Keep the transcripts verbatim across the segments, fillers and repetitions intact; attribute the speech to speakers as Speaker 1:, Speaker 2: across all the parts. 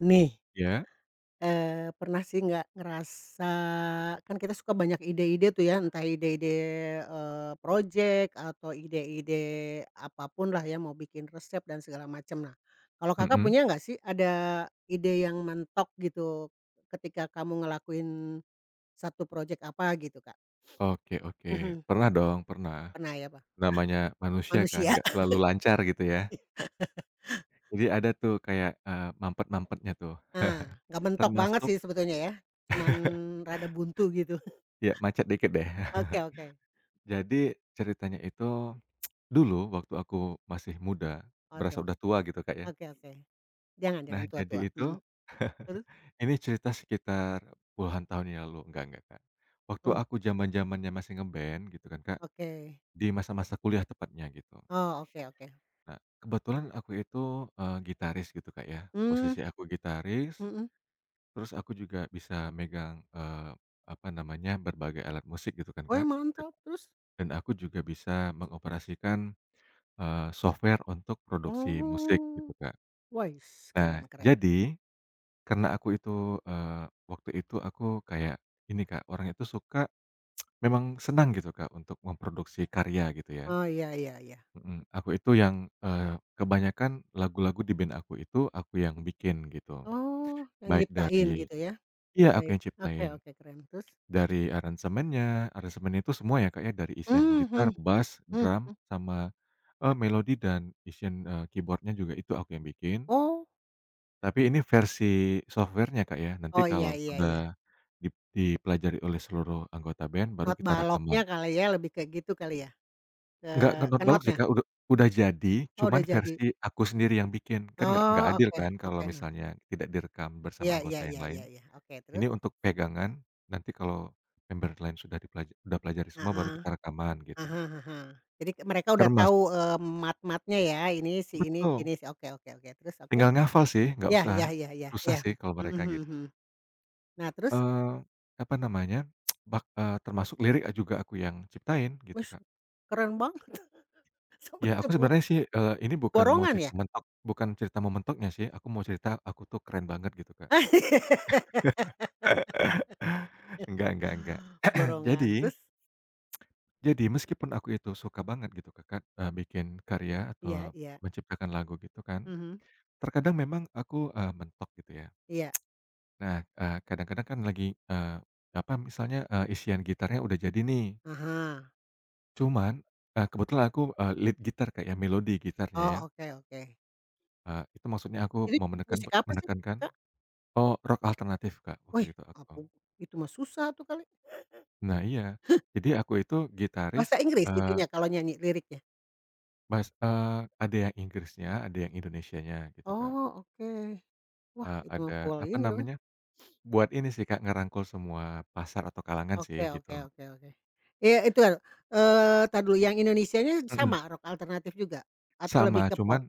Speaker 1: Nih,
Speaker 2: Iya,
Speaker 1: eee, pernah sih nggak ngerasa kan kita suka banyak ide-ide tuh ya, entah ide-ide, eee, projek atau ide-ide apapun lah ya, mau bikin resep dan segala macam. Nah, kalau Kakak
Speaker 2: mhm,
Speaker 1: punya nggak sih ada ide yang mentok gitu ketika kamu ngelakuin satu projek apa gitu, Kak?
Speaker 2: oke oke.
Speaker 1: Mhm,
Speaker 2: Pernah dong, pernah.
Speaker 1: pernah ya, Pak?
Speaker 2: Namanya manusia kan
Speaker 1: Manusia.
Speaker 2: nggak selalu lancar gitu ya. Jadi ada tuh kayak, eee, mampet-mampetnya tuh,
Speaker 1: Nah, nggak mentok banget
Speaker 2: termasuk
Speaker 1: sih sebetulnya ya, cuman rada buntu gitu.
Speaker 2: ya macet dikit deh.
Speaker 1: Oke oke.
Speaker 2: Jadi ceritanya itu, dulu waktu aku masih muda, berasa
Speaker 1: Odo.
Speaker 2: udah tua gitu, Kak, ya.
Speaker 1: Oke oke. Jangan
Speaker 2: Nah
Speaker 1: jangan
Speaker 2: jadi
Speaker 1: tua-tua.
Speaker 2: itu,
Speaker 1: Mhm. Terus?
Speaker 2: ini cerita sekitar puluhan tahun yang lalu, enggak enggak, Kak. Waktu
Speaker 1: Oh,
Speaker 2: aku zaman-zamannya masih nge-band gitu kan, Kak,
Speaker 1: oke.
Speaker 2: di masa-masa kuliah tepatnya gitu.
Speaker 1: Oh, oke oke.
Speaker 2: Nah, kebetulan aku itu, eee, gitaris gitu, Kak, ya.
Speaker 1: Mmm,
Speaker 2: Posisi aku gitaris,
Speaker 1: mhm.
Speaker 2: terus aku juga bisa megang, eee, apa namanya, berbagai alat musik gitu kan,
Speaker 1: Weh,
Speaker 2: Kak.
Speaker 1: mantap, terus?
Speaker 2: Dan aku juga bisa mengoperasikan, eee, software untuk produksi musik gitu,
Speaker 1: Oh,
Speaker 2: Kak.
Speaker 1: weis,
Speaker 2: Nah,
Speaker 1: keren keren.
Speaker 2: jadi karena aku itu, eee, waktu itu aku kayak ini, Kak, orang itu suka memang senang gitu, Kak, untuk memproduksi karya gitu ya.
Speaker 1: Oh, iya iya iya.
Speaker 2: Mhm, aku itu yang, eee, kebanyakan lagu-lagu di band aku itu aku yang bikin gitu.
Speaker 1: Oh, yang
Speaker 2: Baik
Speaker 1: nyiptain
Speaker 2: dari
Speaker 1: gitu ya?
Speaker 2: iya aku
Speaker 1: Baik.
Speaker 2: yang
Speaker 1: Oke
Speaker 2: ciptain,
Speaker 1: oke, keren. Terus?
Speaker 2: dari aransemennya, aransemennya itu semua ya Kak ya, dari isian
Speaker 1: Mmm,
Speaker 2: gitar,
Speaker 1: mhm
Speaker 2: bass,
Speaker 1: mhm
Speaker 2: drum,
Speaker 1: mhm.
Speaker 2: sama, eee, melodi dan isian, eee, keyboard-nya juga itu aku yang bikin.
Speaker 1: Oh.
Speaker 2: Tapi ini versi software-nya Kak ya, nanti
Speaker 1: Oh,
Speaker 2: kalau
Speaker 1: iya iya
Speaker 2: sudah
Speaker 1: iya.
Speaker 2: dip dipelajari oleh seluruh anggota band baru
Speaker 1: Not
Speaker 2: kita rekaman.
Speaker 1: baloknya kali ya, lebih ke gitu kali ya? Ke
Speaker 2: Nggak ngentot
Speaker 1: ke
Speaker 2: balok sih,
Speaker 1: notnya?
Speaker 2: Kak, udah udah jadi,
Speaker 1: Oh,
Speaker 2: cuman
Speaker 1: udah jadi.
Speaker 2: versi aku sendiri yang bikin. Kan nggak nggak
Speaker 1: Oh,
Speaker 2: adil
Speaker 1: oke
Speaker 2: kan kalau
Speaker 1: oke.
Speaker 2: misalnya tidak direkam bersama
Speaker 1: Iya iya
Speaker 2: anggota yang
Speaker 1: iya
Speaker 2: lain.
Speaker 1: iya iya. Oke,
Speaker 2: Ini
Speaker 1: terus?
Speaker 2: untuk pegangan, nanti kalau member lain sudah dipelaja udah pelajari semua baru
Speaker 1: Heeh.
Speaker 2: kita rekaman
Speaker 1: Aha,
Speaker 2: gitu.
Speaker 1: hah ah hah. Jadi ke- mereka udah
Speaker 2: Termas
Speaker 1: tahu, eee, mat-matnya ya, ini si ini
Speaker 2: Betul,
Speaker 1: gini si oke oke oke, terus oke?
Speaker 2: tinggal ngafal sih, nggak
Speaker 1: Ya
Speaker 2: usah
Speaker 1: ya ya ya
Speaker 2: susah
Speaker 1: ya,
Speaker 2: sih kalau
Speaker 1: mhm
Speaker 2: mereka
Speaker 1: mhm
Speaker 2: gitu.
Speaker 1: mhm. Nah terus,
Speaker 2: Eee, apa namanya, bak eee, termasuk lirik juga aku yang ciptain gitu,
Speaker 1: wis
Speaker 2: Kak.
Speaker 1: keren banget sampai
Speaker 2: Ya aku
Speaker 1: sebuah
Speaker 2: sebenarnya sih, eee, ini bukan mau
Speaker 1: borongan
Speaker 2: cerita
Speaker 1: ya?
Speaker 2: mentok bukan cerita mau mentoknya sih, aku mau cerita aku tuh keren banget gitu, Kak. Enggak enggak enggak.
Speaker 1: Borongan,
Speaker 2: Jadi
Speaker 1: terus?
Speaker 2: jadi meskipun aku itu suka banget gitu Kak, kan, eee, bikin karya
Speaker 1: Iya
Speaker 2: atau
Speaker 1: iya,
Speaker 2: menciptakan lagu gitu kan,
Speaker 1: mhm,
Speaker 2: terkadang memang aku, eee, mentok gitu ya.
Speaker 1: iya,
Speaker 2: Nah, eee, kadang-kadang kan lagi, eee, apa, misalnya, eee, isian gitarnya udah jadi nih,
Speaker 1: ah
Speaker 2: cuman, eee, kebetulan aku, eee, lead gitar kayak melodi gitarnya
Speaker 1: oh
Speaker 2: ya,
Speaker 1: oke oke.
Speaker 2: eee, itu maksudnya aku
Speaker 1: Itu
Speaker 2: mau
Speaker 1: jenis
Speaker 2: menekan
Speaker 1: musik apa sih,
Speaker 2: menekankan
Speaker 1: Kak?
Speaker 2: oh, rock alternatif Kak, waktu
Speaker 1: Wih,
Speaker 2: itu aku.
Speaker 1: ampun itu mah susah tuh kali.
Speaker 2: Nah iya, jadi aku itu gitaris,
Speaker 1: Bahasa Inggris
Speaker 2: eh,
Speaker 1: itunya kalau nyanyi liriknya?
Speaker 2: Mas eee, ada yang Inggrisnya, ada yang Indonesianya gitu, Kak.
Speaker 1: Oh oke, wah
Speaker 2: Eee,
Speaker 1: itu mah
Speaker 2: ada
Speaker 1: full
Speaker 2: apa
Speaker 1: ini dong ya.
Speaker 2: namanya, buat ini sih, Kak, ngerangkul semua pasar atau kalangan sih
Speaker 1: Oke
Speaker 2: gitu.
Speaker 1: oke oke oke. Ya itu, kan, eee, entar dulu yang Indonesianya
Speaker 2: Mhm,
Speaker 1: sama rock alternatif juga? Atau
Speaker 2: sama,
Speaker 1: lebih ke
Speaker 2: cuman
Speaker 1: pop?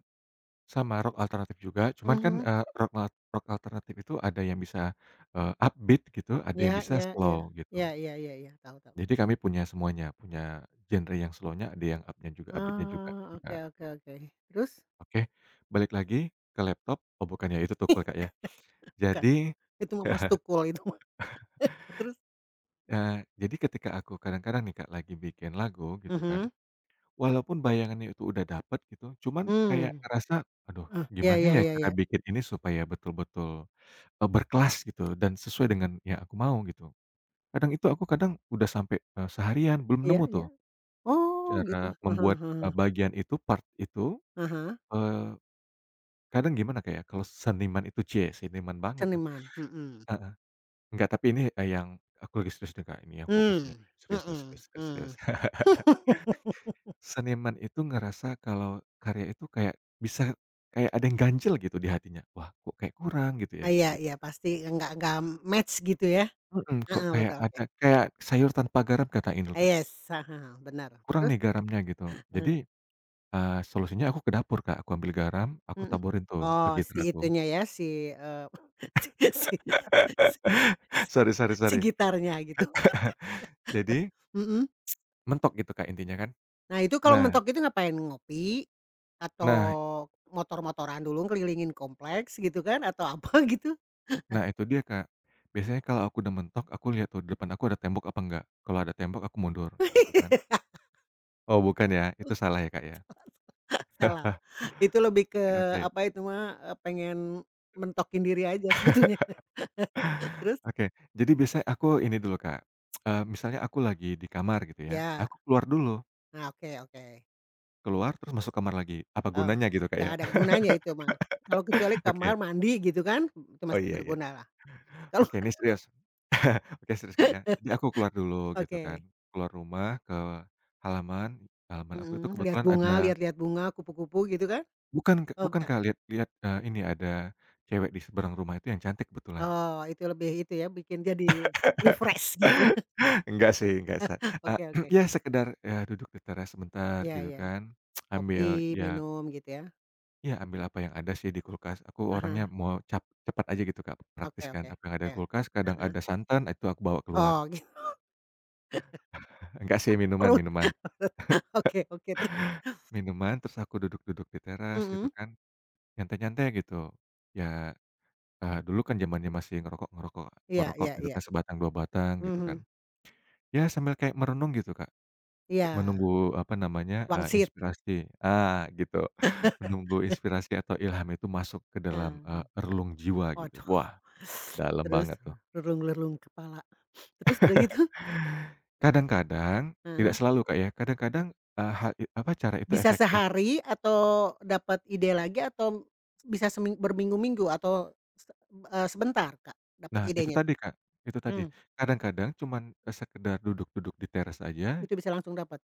Speaker 2: sama rock alternatif juga, cuman kan,
Speaker 1: Mhm.
Speaker 2: eee, rock al rock alternatif itu ada yang bisa, eee, upbeat gitu, ada yang
Speaker 1: Ya
Speaker 2: bisa
Speaker 1: ya
Speaker 2: slow
Speaker 1: ya.
Speaker 2: gitu.
Speaker 1: Ya ya ya ya, tahu tahu.
Speaker 2: Jadi kami punya semuanya, punya genre yang slow-nya, ada yang up-nya juga upbeat-nya juga
Speaker 1: Oh,
Speaker 2: gitu,
Speaker 1: oke
Speaker 2: Kak.
Speaker 1: oke oke. Terus?
Speaker 2: Oke, balik lagi ke laptop. Oh bukan ya, itu tukul, Kak, ya.
Speaker 1: Bukan,
Speaker 2: Jadi
Speaker 1: itu mah Mas Tukul itu mah. Terus?
Speaker 2: Eee, jadi ketika aku kadang-kadang nih Kak, lagi bikin lagu gitu kan,
Speaker 1: Mhm.
Speaker 2: walaupun bayangannya itu udah dapet gitu, cuman kayak
Speaker 1: Mmm.
Speaker 2: ngerasa, "Aduh
Speaker 1: Eh, ya
Speaker 2: gimana
Speaker 1: ya
Speaker 2: ya
Speaker 1: ya
Speaker 2: cara
Speaker 1: ya.
Speaker 2: bikin ini supaya betul-betul, eee, berkelas gitu dan sesuai dengan yang aku mau," gitu. Kadang itu aku kadang udah sampai, eee, seharian belum
Speaker 1: Iya
Speaker 2: nemu tuh
Speaker 1: iya. Oh gitu.
Speaker 2: cara
Speaker 1: Heeh
Speaker 2: membuat,
Speaker 1: heeh.
Speaker 2: eee, bagian itu, part itu,
Speaker 1: Ah hah.
Speaker 2: eee, kadang gimana Kak, ya, kalau seniman itu cie seniman banget tuh
Speaker 1: Seniman, mhm.
Speaker 2: heeh. Enggak, tapi ini, eee, yang aku lagi serius nih Kak, ini yang fokus nih,
Speaker 1: Mmm,
Speaker 2: serius nih serius
Speaker 1: mhm,
Speaker 2: serius serius.
Speaker 1: mmm.
Speaker 2: Seniman itu ngerasa kalau karya itu kayak bisa kayak ada yang ganjel gitu di hatinya, "Wah kok kayak kurang," gitu ya,
Speaker 1: Ah, iya
Speaker 2: gitu.
Speaker 1: iya pasti enggak enggak match gitu ya?
Speaker 2: Mhm, kok
Speaker 1: Heeh,
Speaker 2: kayak
Speaker 1: betul, oke.
Speaker 2: ada kayak sayur tanpa garam kata Indul
Speaker 1: Ah,
Speaker 2: Kak,
Speaker 1: yes, heeh heeh, benar.
Speaker 2: kurang
Speaker 1: Terus?
Speaker 2: nih garamnya gitu. Jadi,
Speaker 1: Heeh,
Speaker 2: eee, solusinya aku ke dapur, Kak, aku ambil garam, aku
Speaker 1: mhm.
Speaker 2: taburin tuh ke
Speaker 1: Oh,
Speaker 2: gitar
Speaker 1: si
Speaker 2: aku.
Speaker 1: itunya ya, si, eee, si si si si
Speaker 2: sorry sorry
Speaker 1: si
Speaker 2: sorry
Speaker 1: gitarnya gitu,
Speaker 2: Jadi
Speaker 1: mhm.
Speaker 2: mentok gitu, Kak, intinya kan.
Speaker 1: Nah, itu kalau
Speaker 2: Nah
Speaker 1: mentok itu ngapain? Ngopi atau
Speaker 2: nah
Speaker 1: motor-motoran dulu ngelilingin kompleks gitu kan atau apa gitu?
Speaker 2: nah itu dia, Kak. Biasanya kalau aku udah mentok, aku lihat tuh di depan aku ada tembok apa enggak. Kalau ada tembok aku mundur gitu kan. Oh bukan ya, itu salah ya, Kak, ya?
Speaker 1: Salah, itu lebih ke
Speaker 2: Oke oke.
Speaker 1: apa itu mah, eee, pengen mentokin diri aja sebetulnya. Terus?
Speaker 2: Oke, jadi biasanya aku ini dulu, Kak, eee, misalnya aku lagi di kamar gitu ya,
Speaker 1: Ya,
Speaker 2: aku keluar dulu,
Speaker 1: nah, oke oke.
Speaker 2: keluar terus masuk kamar lagi, apa
Speaker 1: Oh,
Speaker 2: gunanya gitu, Kak,
Speaker 1: nggak
Speaker 2: ya.
Speaker 1: ada gunanya itu mah. Kalau kecuali kamar
Speaker 2: Oke,
Speaker 1: mandi gitu kan, itu
Speaker 2: oh
Speaker 1: masih
Speaker 2: iya iya,
Speaker 1: bergunalah. Kalau
Speaker 2: oke ini serius. Oke serius, Kak, ya. Jadi aku keluar dulu gitu kan,
Speaker 1: oke,
Speaker 2: keluar rumah ke halaman, halaman aku itu
Speaker 1: mhm, lihat
Speaker 2: kebetulan
Speaker 1: bunga
Speaker 2: ada
Speaker 1: lihat-lihat bunga, kupu-kupu gitu kan?
Speaker 2: bukan
Speaker 1: Oh
Speaker 2: bukan,
Speaker 1: bukan?
Speaker 2: Kak, lihat lihat, eee, ini ada cewek di seberang rumah itu yang cantik kebetulan.
Speaker 1: Oh itu lebih itu ya, bikin jadi refresh gitu.
Speaker 2: Enggak sih, enggak sa eee,
Speaker 1: Oke oke.
Speaker 2: ya sekedar, ya duduk di teras sebentar
Speaker 1: Iya
Speaker 2: gitu
Speaker 1: iya.
Speaker 2: kan, ambil
Speaker 1: Kopi,
Speaker 2: ya
Speaker 1: minum gitu ya?
Speaker 2: Iya, ambil apa yang ada sih di kulkas. Aku
Speaker 1: Ah
Speaker 2: orangnya
Speaker 1: hah.
Speaker 2: mau cap cepat aja gitu, Kak, praktis
Speaker 1: Oke
Speaker 2: kan.
Speaker 1: oke
Speaker 2: Apa yang ada
Speaker 1: oke.
Speaker 2: di kulkas,
Speaker 1: Ah
Speaker 2: kadang
Speaker 1: hah.
Speaker 2: ada santan, itu aku bawa keluar.
Speaker 1: Oh gitu,
Speaker 2: Enggak sih,
Speaker 1: sakit
Speaker 2: minuman
Speaker 1: perut.
Speaker 2: minuman.
Speaker 1: Oke oke, terus?
Speaker 2: Minuman, terus aku duduk-duduk di teras gitu
Speaker 1: Mhm.
Speaker 2: kan, nyantai-nyantai gitu. Ya, eee, dulu kan zamannya masih ngerokok-ngerokok ngerokok
Speaker 1: Iya
Speaker 2: ngerokok
Speaker 1: iya
Speaker 2: gitu
Speaker 1: iya.
Speaker 2: kan, sebatang, dua batang gitu kan.
Speaker 1: Mhm.
Speaker 2: Ya, sambil kayak merenung gitu, Kak. Ce
Speaker 1: Iya,
Speaker 2: menunggu apa namanya, eee,
Speaker 1: wangsit.
Speaker 2: inspirasi ah, gitu. Menunggu inspirasi atau ilham itu masuk ke dalam, eee,
Speaker 1: Heeh.
Speaker 2: relung jiwa gitu.
Speaker 1: Waduh.
Speaker 2: Wah, dalam
Speaker 1: Terus?
Speaker 2: banget tuh.
Speaker 1: Lerung-lerung kepala. Terus udah gitu,
Speaker 2: Kadang-kadang, tidak
Speaker 1: Heeh.
Speaker 2: selalu Kak ya, kadang-kadang, eee, ha i apa, cara itu
Speaker 1: Bisa
Speaker 2: efektif.
Speaker 1: sehari atau dapat ide lagi atau bisa seming berminggu-minggu atau se eee, sebentar, Kak, dapat
Speaker 2: Nah itu
Speaker 1: idenya tuh?
Speaker 2: tadi Kak, itu tadi,
Speaker 1: Mmm.
Speaker 2: kadang-kadang cuman, eee, sekedar duduk-duduk di teras aja,
Speaker 1: Itu bisa langsung dapat?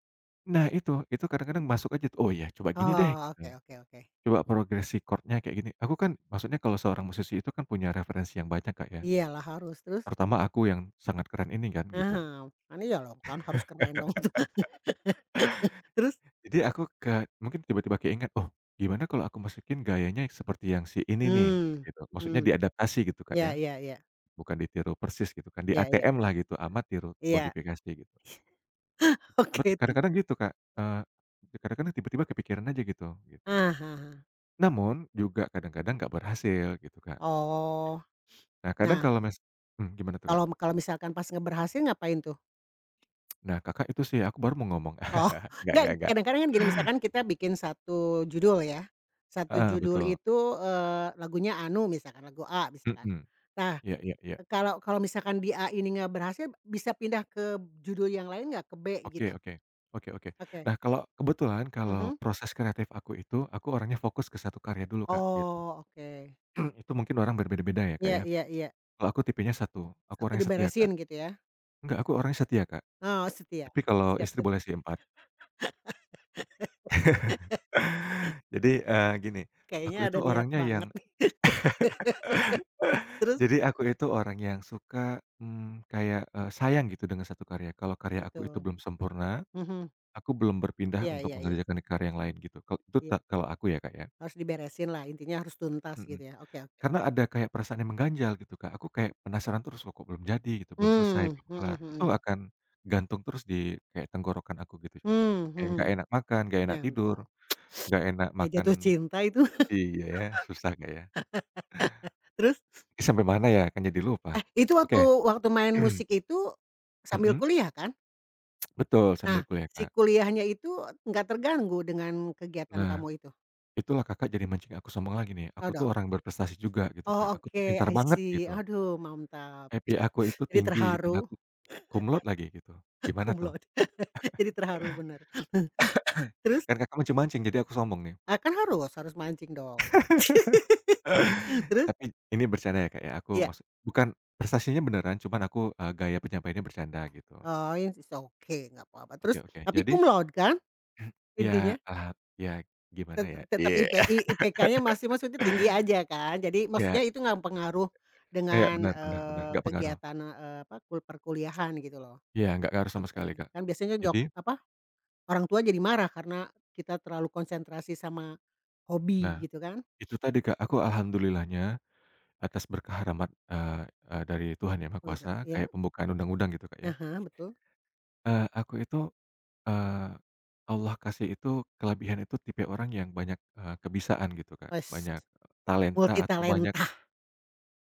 Speaker 2: nah itu, itu kadang-kadang masuk aja tuh, "Oh ya coba gini deh,"
Speaker 1: Oh,
Speaker 2: gitu,
Speaker 1: oke oke oke.
Speaker 2: "coba progresi chord-nya kayak gini." Aku kan maksudnya kalau seorang musisi itu kan punya referensi yang banyak Kak ya,
Speaker 1: Iyalah harus, terus?
Speaker 2: terutama aku yang sangat keren ini kan, gitu.
Speaker 1: Aha, kan iya dong kan harus keren dong tuh. Terus?
Speaker 2: Jadi aku ke mungkin tiba-tiba keinget, "Oh, gimana kalau aku masukin gayanya seperti yang si ini nih?"
Speaker 1: Mmm,
Speaker 2: Gitu, maksudnya
Speaker 1: mhm,
Speaker 2: diadaptasi gitu Kak
Speaker 1: iya
Speaker 2: ya.
Speaker 1: iya iya,
Speaker 2: Bukan ditiru persis gitu kan, di
Speaker 1: iya iya,
Speaker 2: A T M lah gitu, amat tiru
Speaker 1: iya,
Speaker 2: modifikasi gitu. Bet
Speaker 1: oke terus?
Speaker 2: kadang-kadang gitu Kak, eee, kadang-kadang tiba-tiba kepikiran aja gitu, gitu.
Speaker 1: Ah hah.
Speaker 2: Namun juga kadang-kadang nggak berhasil gitu Kak.
Speaker 1: Oh,
Speaker 2: Nah kadang
Speaker 1: nah
Speaker 2: kalau mis mmm, gimana tuh Kak?
Speaker 1: kalau kalau misalkan pas ngeberhasil ngapain tuh?
Speaker 2: Nah Kakak itu sih aku baru mau ngomong,
Speaker 1: Oh,
Speaker 2: nggak
Speaker 1: enggak,
Speaker 2: nggak nggak,
Speaker 1: kadang-kadang kan gini, misalkan kita bikin satu judul ya, satu
Speaker 2: heeh,
Speaker 1: judul
Speaker 2: betul,
Speaker 1: itu, eee, lagunya anu misalkan, lagu A misalkan.
Speaker 2: mhm,
Speaker 1: Nah,
Speaker 2: iya iya iya,
Speaker 1: kalau kalau misalkan di A ini nggak berhasil, bisa pindah ke judul yang lain nggak, ke B
Speaker 2: oke
Speaker 1: gitu?
Speaker 2: oke, oke oke.
Speaker 1: Oke,
Speaker 2: Nah kalau kebetulan kalau
Speaker 1: mhm.
Speaker 2: proses kreatif aku itu, aku orangnya fokus ke satu karya dulu Kak gitu.
Speaker 1: Oh, oke.
Speaker 2: Itu mungkin orang berbeda-beda ya Kak
Speaker 1: Iya
Speaker 2: ya.
Speaker 1: iya iya,
Speaker 2: Kalau aku tipenya satu, aku
Speaker 1: satu
Speaker 2: orangnya setia Kak.
Speaker 1: diberesin gitu ya?
Speaker 2: Enggak, aku orangnya setia, Kak.
Speaker 1: Oh, setia,
Speaker 2: Tapi kalau
Speaker 1: setiap
Speaker 2: istri
Speaker 1: tet
Speaker 2: boleh sih empat. Jadi, eee, gini, aku
Speaker 1: kayaknya
Speaker 2: itu
Speaker 1: ada niat
Speaker 2: orangnya yang
Speaker 1: banget nih. Terus?
Speaker 2: jadi aku itu orang yang suka, mmm, kayak, eee, sayang gitu dengan satu karya. Kalau karya aku itu
Speaker 1: Betul,
Speaker 2: belum sempurna,
Speaker 1: mhm.
Speaker 2: aku belum berpindah
Speaker 1: Iya
Speaker 2: untuk
Speaker 1: iya iya
Speaker 2: mengerjakan karya yang lain gitu. Kalau itu
Speaker 1: iya,
Speaker 2: ta kalau aku ya, Kak, ya.
Speaker 1: harus diberesin lah. Intinya harus tuntas
Speaker 2: Mhm.
Speaker 1: gitu ya? Oke oke.
Speaker 2: Karena ada kayak perasaan yang mengganjal gitu, Kak. Aku kayak penasaran terus, "Loh, kok belum jadi?" gitu, "belum selesai,
Speaker 1: Mmm,
Speaker 2: belum
Speaker 1: mhm
Speaker 2: kelar." Itu
Speaker 1: mhm.
Speaker 2: akan gantung terus di kayak tenggorokan aku gitu, Kak.
Speaker 1: Mmm,
Speaker 2: Kayak nggak
Speaker 1: mhm.
Speaker 2: enak makan, nggak enak
Speaker 1: Ya
Speaker 2: tidur,
Speaker 1: dong,
Speaker 2: nggak enak
Speaker 1: kayak
Speaker 2: makan
Speaker 1: jatuh cinta itu.
Speaker 2: Iya ya, susah Kak ya.
Speaker 1: Terus?
Speaker 2: Ini sampai mana ya? Kan jadi lupa.
Speaker 1: Eh, itu waktu
Speaker 2: Oke.
Speaker 1: waktu main musik itu sambil
Speaker 2: Mhm,
Speaker 1: kuliah kan?
Speaker 2: betul sambil
Speaker 1: Nah,
Speaker 2: kuliah
Speaker 1: si
Speaker 2: Kak.
Speaker 1: kuliahnya itu nggak terganggu dengan kegiatan
Speaker 2: Nah,
Speaker 1: kamu itu?
Speaker 2: itulah Kakak jadi mancing aku sombong lagi nih, aku
Speaker 1: Oh
Speaker 2: tuh
Speaker 1: dong?
Speaker 2: orang berprestasi juga gitu Kak,
Speaker 1: Oh
Speaker 2: aku tuh
Speaker 1: oke,
Speaker 2: pintar
Speaker 1: I
Speaker 2: banget
Speaker 1: see.
Speaker 2: gitu,
Speaker 1: Aduh mantap.
Speaker 2: I P K aku itu
Speaker 1: Jadi
Speaker 2: tinggi dan
Speaker 1: terharu,
Speaker 2: aku cum laude lagi gitu, gimana
Speaker 1: cum
Speaker 2: tuh?
Speaker 1: laude. Jadi terharu bener. Terus?
Speaker 2: Kan Kakak mancing-mancing jadi aku sombong nih.
Speaker 1: Ah, kan harus harus mancing dong. Terus?
Speaker 2: Tapi ini bercanda ya Kak ya, aku
Speaker 1: Iya.
Speaker 2: maksud bukan prestasinya beneran, cuman aku, eee, gaya penyampaiannya bercanda gitu.
Speaker 1: Oh, ya, it's okay, nggak apa-apa.
Speaker 2: Oke
Speaker 1: Terus
Speaker 2: oke,
Speaker 1: tapi
Speaker 2: jadi
Speaker 1: cum laude kan
Speaker 2: ya,
Speaker 1: intinya?
Speaker 2: eee, ya gimana
Speaker 1: Tet
Speaker 2: ya?
Speaker 1: tetap
Speaker 2: Iya.
Speaker 1: ipi I IPK-nya masih maksudnya tinggi aja kan? Jadi
Speaker 2: Ya
Speaker 1: maksudnya itu nggak pengaruh
Speaker 2: Iya,
Speaker 1: dengan,
Speaker 2: benar benar benar,
Speaker 1: eee,
Speaker 2: nggak pengaruh.
Speaker 1: kegiatan, eee, apa, kul perkuliahan gitu loh?
Speaker 2: Iya, nggak ngaruh sama sekali,
Speaker 1: Oke.
Speaker 2: Kak.
Speaker 1: Kan biasanya jok
Speaker 2: Jadi
Speaker 1: apa, orang tua jadi marah karena kita terlalu konsentrasi sama
Speaker 2: nah,
Speaker 1: hobi gitu kan?
Speaker 2: itu tadi, Kak, aku alhamdulillahnya atas berkah rahmat, eee eee, dari Tuhan Yang Maha
Speaker 1: Masa
Speaker 2: Kuasa,
Speaker 1: iya,
Speaker 2: kayak pembukaan undang-undang gitu, Kak, ya.
Speaker 1: ah hah, betul.
Speaker 2: Eee, aku itu, eee, Allah kasih itu kelebihan itu tipe orang yang banyak, eee, kebisaan gitu, Kak,
Speaker 1: Wes,
Speaker 2: banyak talenta atau banyak
Speaker 1: multitalenta,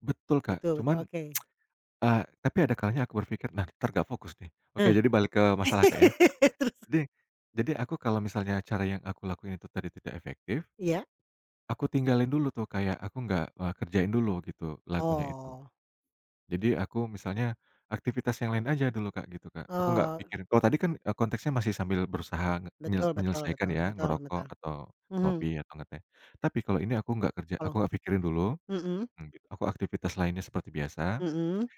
Speaker 2: betul, Kak,
Speaker 1: betul betul,
Speaker 2: cuman,
Speaker 1: oke.
Speaker 2: eee, tapi ada kalanya aku berpikir, "Nah, entar nggak fokus nih." Oke,
Speaker 1: Nah.
Speaker 2: jadi balik ke masalah, Kak, ya. Jadi jadi aku kalau misalnya cara yang aku lakuin itu tadi tidak efektif
Speaker 1: Iya?
Speaker 2: Aku tinggalin dulu tuh kayak aku nggak, eee, kerjain dulu gitu lagunya itu.
Speaker 1: Oh.
Speaker 2: Jadi aku misalnya aktivitas yang lain aja dulu Kak, gitu Kak. Aku nggak
Speaker 1: Oh,
Speaker 2: pikir kalau tadi kan, eee, konteksnya masih sambil berusaha nge nye
Speaker 1: betul betul
Speaker 2: menyelesaikan
Speaker 1: betul
Speaker 2: ya,
Speaker 1: betul
Speaker 2: ngerokok
Speaker 1: betul.
Speaker 2: atau
Speaker 1: Mhm,
Speaker 2: ngopi atau ngeteh. Tapi kalau ini aku nggak kerja aku
Speaker 1: kalau
Speaker 2: nggak pikirin dulu,
Speaker 1: mhm
Speaker 2: mmm, gitu. Aku aktivitas lainnya seperti biasa.
Speaker 1: mhm.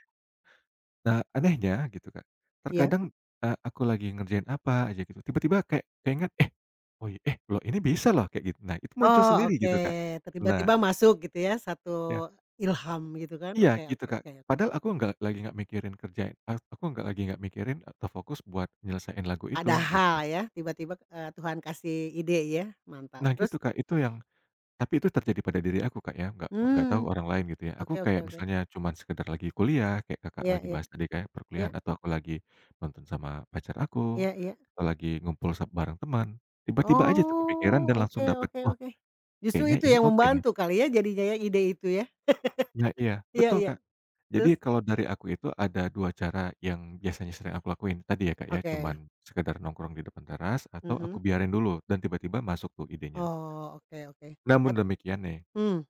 Speaker 2: Nah, anehnya gitu Kak,
Speaker 1: Iya.
Speaker 2: terkadang, eee, aku lagi ngerjain apa aja gitu, tiba-tiba kayak keinget, "Eh, oh, iya, eh, loh ini bisa loh," kayak gitu. Nah, itu muncul
Speaker 1: Oh,
Speaker 2: sendiri
Speaker 1: oke.
Speaker 2: gitu Kak. Nah,
Speaker 1: Tiba-tiba masuk gitu ya, satu
Speaker 2: ya
Speaker 1: ilham gitu kan.
Speaker 2: Iya
Speaker 1: Oke
Speaker 2: gitu,
Speaker 1: oke
Speaker 2: Kak.
Speaker 1: oke.
Speaker 2: Padahal aku nggak lagi nggak mikirin kerjain ak aku nggak lagi nggak mikirin atau fokus buat nyelesain lagu itu, gitu.
Speaker 1: Padahal ya, tiba-tiba, eee, Tuhan kasih ide ya, mantap.
Speaker 2: Nah
Speaker 1: Terus
Speaker 2: gitu, Kak, itu yang tapi itu terjadi pada diri aku, Kak, ya, nggak nggak
Speaker 1: mmm,
Speaker 2: tahu orang lain gitu ya. Aku
Speaker 1: oke oke
Speaker 2: kayak
Speaker 1: oke.
Speaker 2: misalnya cuman sekedar lagi kuliah, kayak Kakak
Speaker 1: Iya
Speaker 2: lagi
Speaker 1: iya
Speaker 2: bahas tadi kayak
Speaker 1: iya
Speaker 2: perkuliahan atau aku lagi nonton sama pacar aku,
Speaker 1: iya iya.
Speaker 2: atau lagi ngumpul sa bareng teman, tiba-tiba aja tuh kepikiran dan
Speaker 1: Oh,
Speaker 2: langsung
Speaker 1: oke
Speaker 2: dapet,
Speaker 1: oke
Speaker 2: "Oh
Speaker 1: oke. Justru
Speaker 2: kayaknya
Speaker 1: itu
Speaker 2: ini
Speaker 1: yang
Speaker 2: oke nih."
Speaker 1: membantu kali ya jadinya ya, ide itu ya?
Speaker 2: Nah iya,
Speaker 1: Iya
Speaker 2: betul,
Speaker 1: iya,
Speaker 2: Kak. Jadi
Speaker 1: terus?
Speaker 2: kalau dari aku itu ada dua cara yang biasanya sering aku lakuin, tadi ya, Kak, ya,
Speaker 1: Oke,
Speaker 2: cuman sekedar nongkrong di depan teras atau aku
Speaker 1: mhm.
Speaker 2: biarin dulu dan tiba-tiba masuk tuh idenya.
Speaker 1: Oh, oke oke.
Speaker 2: Namun
Speaker 1: At
Speaker 2: demikian nih,
Speaker 1: mmm,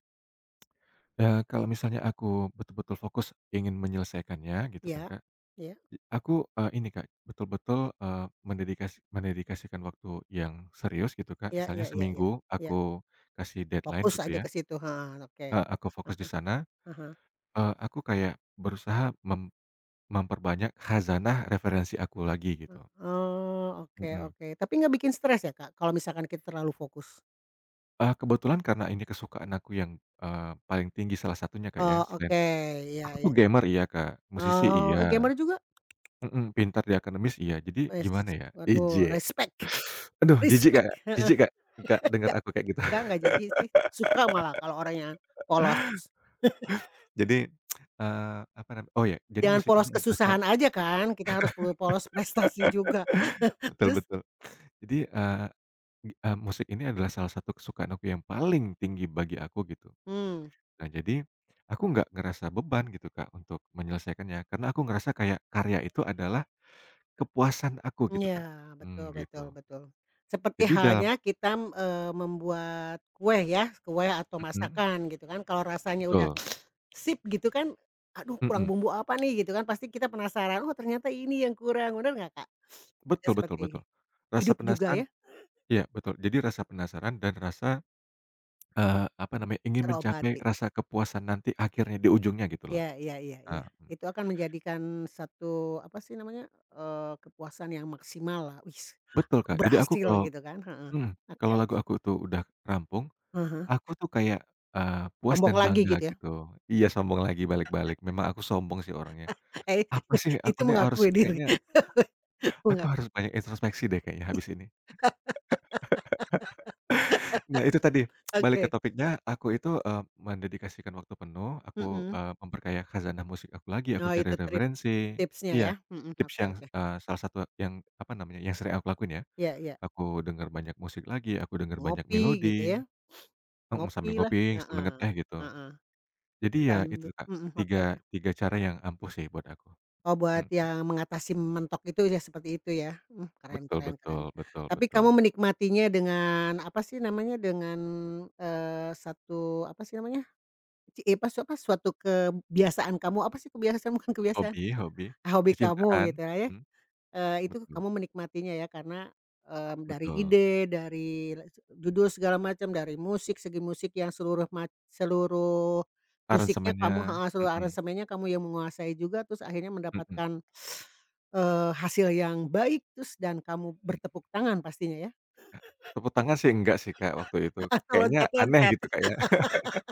Speaker 2: eee, kalau misalnya aku betul-betul fokus ingin menyelesaikannya gitu kan,
Speaker 1: iya.
Speaker 2: Kak,
Speaker 1: Iya
Speaker 2: i aku, eee, ini, Kak, betul-betul, eee, mendedikasi mendedikasikan waktu yang serius gitu, Kak,
Speaker 1: iya
Speaker 2: misalnya
Speaker 1: iya iya iya.
Speaker 2: seminggu
Speaker 1: Iya,
Speaker 2: aku kasih deadline
Speaker 1: fokus
Speaker 2: gitu
Speaker 1: aja
Speaker 2: ya,
Speaker 1: ke situ, heeh, oke.
Speaker 2: eee, aku fokus
Speaker 1: Ah
Speaker 2: di
Speaker 1: hah
Speaker 2: sana,
Speaker 1: ah hah.
Speaker 2: eee, aku kayak berusaha mem memperbanyak khazanah referensi aku lagi gitu.
Speaker 1: Oh, oke
Speaker 2: Mhm.
Speaker 1: oke. Tapi nggak bikin stres ya, Kak, kalau misalkan kita terlalu fokus?
Speaker 2: Eee, kebetulan karena ini kesukaan aku yang, eee, paling tinggi salah satunya Kak, ya,
Speaker 1: Oh,
Speaker 2: selain
Speaker 1: oke. Iya
Speaker 2: aku tuh
Speaker 1: iya.
Speaker 2: gamer iya Kak, musisi
Speaker 1: Oh, eh,
Speaker 2: iya,
Speaker 1: gamer juga?
Speaker 2: mhm, pintar di akademis iya, jadi
Speaker 1: Wes,
Speaker 2: gimana ya,
Speaker 1: waduh,
Speaker 2: ijek.
Speaker 1: respect
Speaker 2: Aduh jijik
Speaker 1: respect,
Speaker 2: Kak
Speaker 1: heeh.
Speaker 2: jijik Kak Kak, dengar
Speaker 1: Nggak
Speaker 2: aku kayak gitu.
Speaker 1: nggak nggak jijik sih, suka malah kalau orangnya polos.
Speaker 2: Jadi, eee, apa nam oh ya, jadi
Speaker 1: Jangan
Speaker 2: musik ini
Speaker 1: polos
Speaker 2: adalah sal
Speaker 1: kesusahan aja kan, kita harus perlu polos prestasi juga.
Speaker 2: betul
Speaker 1: Terus?
Speaker 2: betul. Jadi, eee, gi eee, musik ini adalah salah satu kesukaan aku yang paling tinggi bagi aku gitu.
Speaker 1: Mmm.
Speaker 2: Nah jadi, aku nggak ngerasa beban gitu Kak, untuk menyelesaikannya, karena aku ngerasa kayak karya itu adalah Kepuasan aku gitu,
Speaker 1: Iya,
Speaker 2: Kak.
Speaker 1: betul
Speaker 2: Mmm,
Speaker 1: betul
Speaker 2: gitu.
Speaker 1: betul. Seperti
Speaker 2: Jadi dalam
Speaker 1: halnya kita, eee, membuat kue ya, kue atau
Speaker 2: mhm,
Speaker 1: masakan gitu kan, kalau rasanya udah
Speaker 2: betul,
Speaker 1: sip gitu kan, aduh kurang
Speaker 2: mhm,
Speaker 1: bumbu apa nih gitu kan, pasti kita penasaran, oh ternyata ini yang kurang, bener nggak Kak? Ya
Speaker 2: betul betul betul.
Speaker 1: seperti
Speaker 2: Rasa
Speaker 1: hidup juga
Speaker 2: penasaran
Speaker 1: ya
Speaker 2: iya betul. Jadi rasa penasaran dan rasa, eee, apa namanya, ingin mencapai
Speaker 1: terobati.
Speaker 2: rasa kepuasan nanti akhirnya di ujungnya gitu loh.
Speaker 1: Iya iya iya iya.
Speaker 2: Heeh,
Speaker 1: Itu akan menjadikan satu apa sih namanya, eee, kepuasan yang maksimal lah, "Wis
Speaker 2: betul,
Speaker 1: aku
Speaker 2: Kak. Jadi aku
Speaker 1: berhasil,"
Speaker 2: kalau
Speaker 1: gitu kan, heeh.
Speaker 2: mhm,
Speaker 1: Oke
Speaker 2: kalau
Speaker 1: oke.
Speaker 2: lagu aku tuh udah rampung,
Speaker 1: Ah hah,
Speaker 2: aku tuh kayak, eee, puas
Speaker 1: sombong
Speaker 2: dan
Speaker 1: lagi
Speaker 2: bangga
Speaker 1: gitu ya?
Speaker 2: gitu. Iya sombong lagi balik-balik, memang aku sombong sih orangnya.
Speaker 1: Eh,
Speaker 2: Apa sih aku
Speaker 1: itu
Speaker 2: nih harus
Speaker 1: mengakui diri.
Speaker 2: kayaknya aku
Speaker 1: Enggak,
Speaker 2: harus banyak introspeksi deh kayaknya habis ini. Nah, itu tadi, balik ke
Speaker 1: oke,
Speaker 2: topiknya, aku itu, eee, mendedikasikan waktu penuh, aku,
Speaker 1: mhm.
Speaker 2: eee, memperkaya khazanah musik aku lagi, aku
Speaker 1: Oh
Speaker 2: cari
Speaker 1: itu trip
Speaker 2: referensi
Speaker 1: tipsnya
Speaker 2: iya,
Speaker 1: ya, mhm,
Speaker 2: tips
Speaker 1: oke
Speaker 2: yang,
Speaker 1: oke,
Speaker 2: eee, salah satu yang, apa namanya, yang sering aku lakuin ya,
Speaker 1: ya ya
Speaker 2: aku denger banyak musik lagi, aku denger banyak
Speaker 1: ngopi gitu ya,
Speaker 2: melodi mhm, sambil
Speaker 1: ngopilah,
Speaker 2: ngopi, sambil
Speaker 1: heeh
Speaker 2: ngeteh gitu.
Speaker 1: heeh,
Speaker 2: Jadi
Speaker 1: kita
Speaker 2: ya itu,
Speaker 1: ambil
Speaker 2: Kak,
Speaker 1: mhm, oke
Speaker 2: tiga
Speaker 1: oke.
Speaker 2: tiga cara yang ampuh sih buat aku.
Speaker 1: Oh buat
Speaker 2: Mhm,
Speaker 1: yang mengatasi mentok itu ya seperti itu ya, mmm, keren
Speaker 2: betul
Speaker 1: keren keren.
Speaker 2: betul betul
Speaker 1: Tapi
Speaker 2: betul.
Speaker 1: kamu menikmatinya dengan apa sih namanya, dengan, eee, satu apa sih namanya, ci eh, apa su- apa suatu kebiasaan kamu, apa sih kebiasaan bukan kebiasaan,
Speaker 2: Hobi hobi,
Speaker 1: hobi kamu
Speaker 2: kecintaan
Speaker 1: gitu ya.
Speaker 2: mhm,
Speaker 1: Eee, itu
Speaker 2: betul
Speaker 1: kamu menikmatinya ya karena, mmm, dari
Speaker 2: betul,
Speaker 1: ide, dari le judul segala macam, dari musik, segi musik yang seluruh mac seluruh musiknya
Speaker 2: aransemennya
Speaker 1: kamu heeh, seluruh
Speaker 2: mhm
Speaker 1: aransemennya kamu yang menguasai juga, terus akhirnya
Speaker 2: mhm
Speaker 1: mendapatkan, eee, hasil yang baik, terus dan kamu
Speaker 2: mhm.
Speaker 1: bertepuk tangan pastinya ya?
Speaker 2: Kak, tepuk tangan sih enggak sih, Kak, waktu itu.
Speaker 1: Atau
Speaker 2: Kayaknya aneh
Speaker 1: loncat-loncat?
Speaker 2: gitu, Kak, ya.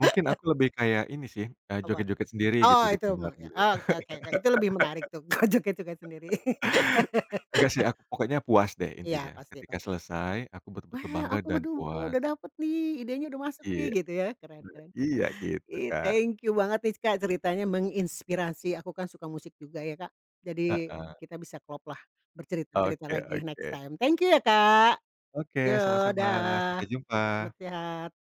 Speaker 2: Mungkin aku lebih kayak ini sih, eee,
Speaker 1: Apa?
Speaker 2: joget-joget sendiri gitu
Speaker 1: Oh
Speaker 2: di
Speaker 1: itu
Speaker 2: kamar
Speaker 1: mah ya,
Speaker 2: gitu.
Speaker 1: oke oke oke, itu lebih menarik tuh kalau joget-joget sendiri.
Speaker 2: Enggak sih, aku pokoknya puas deh intinya.
Speaker 1: Iya pasti
Speaker 2: Ketika
Speaker 1: pasti.
Speaker 2: selesai aku betul-betul
Speaker 1: "Wah
Speaker 2: bangga
Speaker 1: aku
Speaker 2: dan
Speaker 1: udu
Speaker 2: puas.
Speaker 1: udah dapet nih, idenya udah masuk nih,"
Speaker 2: Iya,
Speaker 1: gitu ya? Keren keren.
Speaker 2: iya gitu,
Speaker 1: Ih,
Speaker 2: Kak.
Speaker 1: thank you banget nih, Kak, ceritanya menginspirasi. Aku kan suka musik juga ya, Kak. Jadi
Speaker 2: Heeh.
Speaker 1: kita bisa klop lah, bercerita-cerita
Speaker 2: Oke
Speaker 1: lagi
Speaker 2: oke.
Speaker 1: next time. Thank you ya, Kak.
Speaker 2: Oke,
Speaker 1: Yo,
Speaker 2: sama-sama. Sampai
Speaker 1: dah.
Speaker 2: jumpa.
Speaker 1: Selamat sehat.